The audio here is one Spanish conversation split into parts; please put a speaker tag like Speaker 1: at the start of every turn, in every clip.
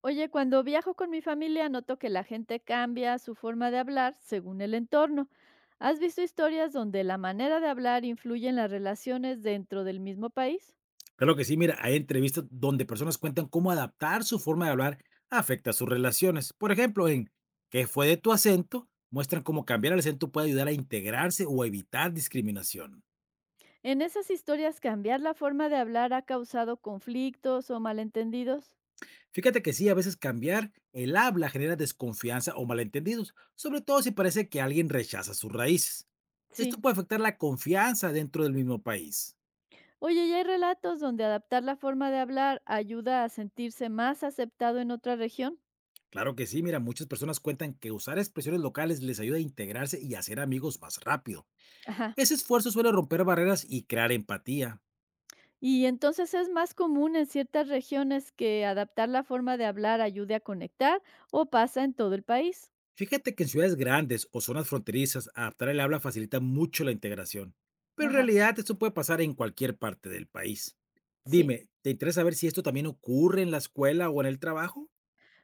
Speaker 1: Oye, cuando viajo con mi familia noto que la gente cambia su forma de hablar según el entorno. ¿Has visto historias donde la manera de hablar influye en las relaciones dentro del mismo país?
Speaker 2: Claro que sí, mira, hay entrevistas donde personas cuentan cómo adaptar su forma de hablar afecta sus relaciones. Por ejemplo, en ¿Qué fue de tu acento? Muestran cómo cambiar el acento puede ayudar a integrarse o evitar discriminación.
Speaker 1: En esas historias, cambiar la forma de hablar ha causado conflictos o malentendidos.
Speaker 2: Fíjate que sí, a veces cambiar el habla genera desconfianza o malentendidos, sobre todo si parece que alguien rechaza sus raíces. Esto
Speaker 1: Sí.
Speaker 2: puede afectar la confianza dentro del mismo país.
Speaker 1: Oye, ¿y hay relatos donde adaptar la forma de hablar ayuda a sentirse más aceptado en otra región?
Speaker 2: Claro que sí, mira, muchas personas cuentan que usar expresiones locales les ayuda a integrarse y hacer amigos más rápido. Ese esfuerzo suele romper barreras y crear empatía.
Speaker 1: Y entonces es más común en ciertas regiones que adaptar la forma de hablar ayude a conectar o pasa en todo el país.
Speaker 2: Fíjate que en ciudades grandes o zonas fronterizas, adaptar el habla facilita mucho la integración, pero en
Speaker 1: Ajá,
Speaker 2: realidad esto puede pasar en cualquier parte del país.
Speaker 1: sí.
Speaker 2: Dime, ¿te interesa saber si esto también ocurre en la escuela o en el trabajo?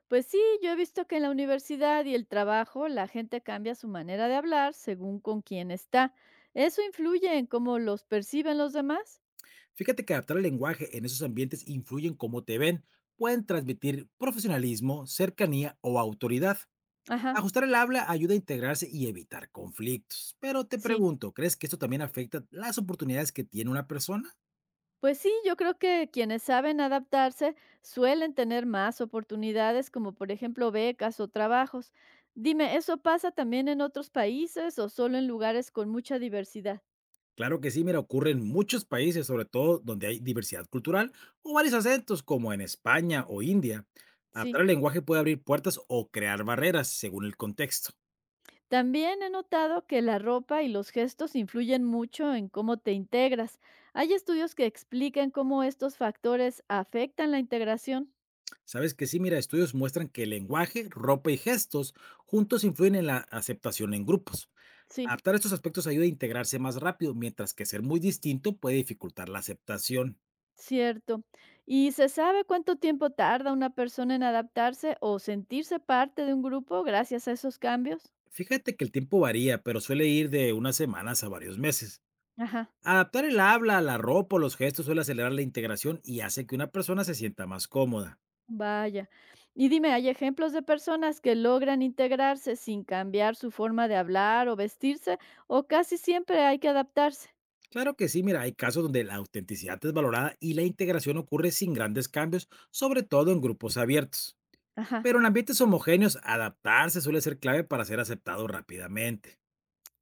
Speaker 1: Pues sí, yo he visto que en la universidad y el trabajo la gente cambia su manera de hablar según con quién está. ¿Eso influye en cómo los perciben los demás?
Speaker 2: Fíjate que adaptar el lenguaje en esos ambientes influye en cómo te ven, pueden transmitir profesionalismo, cercanía o autoridad.
Speaker 1: Ajá,
Speaker 2: Ajustar el habla ayuda a integrarse y evitar conflictos. Pero te
Speaker 1: sí.
Speaker 2: pregunto, ¿crees que esto también afecta las oportunidades que tiene una persona?
Speaker 1: Pues sí, yo creo que quienes saben adaptarse suelen tener más oportunidades, como por ejemplo becas o trabajos. Dime, ¿eso pasa también en otros países o solo en lugares con mucha diversidad?
Speaker 2: Claro que sí, mira, ocurre en muchos países, sobre todo donde hay diversidad cultural o varios acentos, como en España o India. Adaptar
Speaker 1: Sí.
Speaker 2: el lenguaje puede abrir puertas o crear barreras según el contexto.
Speaker 1: También he notado que la ropa y los gestos influyen mucho en cómo te integras. Hay estudios que explican cómo estos factores afectan la integración.
Speaker 2: Sabes que sí, mira, estudios muestran que el lenguaje, ropa y gestos juntos influyen en la aceptación en grupos.
Speaker 1: Sí.
Speaker 2: Adaptar estos aspectos ayuda a integrarse más rápido, mientras que ser muy distinto puede dificultar la aceptación.
Speaker 1: Cierto. ¿Y se sabe cuánto tiempo tarda una persona en adaptarse o sentirse parte de un grupo gracias a esos cambios?
Speaker 2: Fíjate que el tiempo varía, pero suele ir de unas semanas a varios meses.
Speaker 1: Ajá,
Speaker 2: Adaptar el habla, la ropa o los gestos suele acelerar la integración y hace que una persona se sienta más cómoda.
Speaker 1: vaya. Y dime, ¿hay ejemplos de personas que logran integrarse sin cambiar su forma de hablar o vestirse o casi siempre hay que adaptarse?
Speaker 2: Claro que sí, mira, hay casos donde la autenticidad es valorada y la integración ocurre sin grandes cambios, sobre todo en grupos abiertos.
Speaker 1: Ajá.
Speaker 2: Pero en ambientes homogéneos, adaptarse suele ser clave para ser aceptado rápidamente.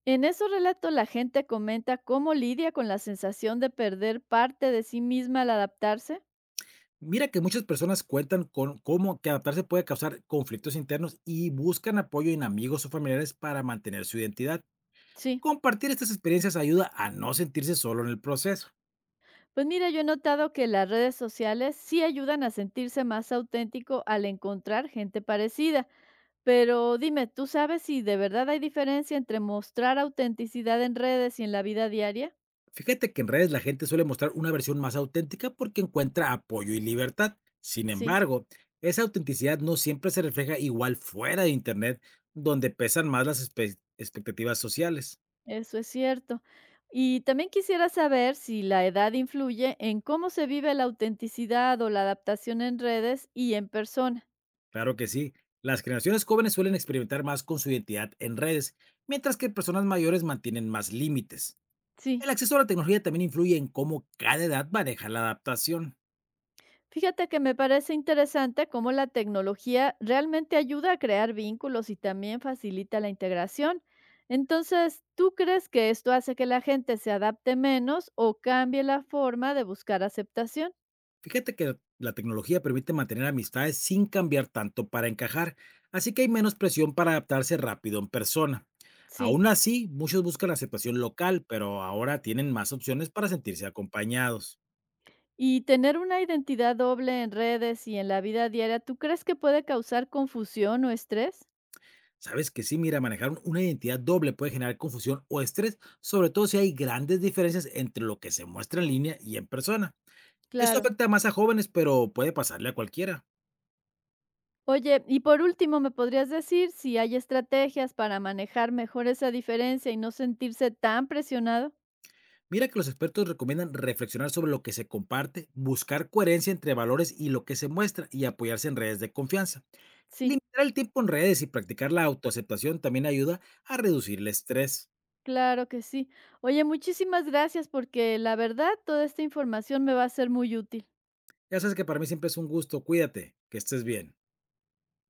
Speaker 1: En esos relatos la gente comenta cómo lidia con la sensación de perder parte de sí misma al adaptarse.
Speaker 2: Mira que muchas personas cuentan con cómo que adaptarse puede causar conflictos internos y buscan apoyo en amigos o familiares para mantener su identidad.
Speaker 1: Sí.
Speaker 2: Compartir estas experiencias ayuda a no sentirse solo en el proceso.
Speaker 1: Pues mira, yo he notado que las redes sociales sí ayudan a sentirse más auténtico al encontrar gente parecida, pero dime, ¿tú sabes si de verdad hay diferencia entre mostrar autenticidad en redes y en la vida diaria?
Speaker 2: Fíjate que en redes la gente suele mostrar una versión más auténtica porque encuentra apoyo y libertad. Sin
Speaker 1: Sí,
Speaker 2: embargo, esa autenticidad no siempre se refleja igual fuera de Internet, donde pesan más las expectativas sociales.
Speaker 1: eso es cierto. Y también quisiera saber si la edad influye en cómo se vive la autenticidad o la adaptación en redes y en persona.
Speaker 2: Claro que sí, las generaciones jóvenes suelen experimentar más con su identidad en redes, mientras que personas mayores mantienen más límites.
Speaker 1: Sí.
Speaker 2: El acceso a la tecnología también influye en cómo cada edad maneja la adaptación.
Speaker 1: Fíjate que me parece interesante cómo la tecnología realmente ayuda a crear vínculos y también facilita la integración. Entonces, ¿tú crees que esto hace que la gente se adapte menos o cambie la forma de buscar aceptación?
Speaker 2: Fíjate que la tecnología permite mantener amistades sin cambiar tanto para encajar, así que hay menos presión para adaptarse rápido en persona.
Speaker 1: Sí.
Speaker 2: Aún así, muchos buscan la aceptación local, pero ahora tienen más opciones para sentirse acompañados.
Speaker 1: Y tener una identidad doble en redes y en la vida diaria, ¿tú crees que puede causar confusión o estrés?
Speaker 2: Sabes que sí, mira, manejar una identidad doble puede generar confusión o estrés, sobre todo si hay grandes diferencias entre lo que se muestra en línea y en persona. Esto
Speaker 1: Claro.
Speaker 2: afecta más a jóvenes, pero puede pasarle a cualquiera.
Speaker 1: Oye, y por último, ¿me podrías decir si hay estrategias para manejar mejor esa diferencia y no sentirse tan presionado?
Speaker 2: Mira que los expertos recomiendan reflexionar sobre lo que se comparte, buscar coherencia entre valores y lo que se muestra y apoyarse en redes de confianza.
Speaker 1: Sí.
Speaker 2: Limitar el tiempo en redes y practicar la autoaceptación también ayuda a reducir el estrés.
Speaker 1: Claro que sí. Oye, muchísimas gracias porque la verdad toda esta información me va a ser muy útil.
Speaker 2: Ya sabes que para mí siempre es un gusto. Cuídate, que estés bien.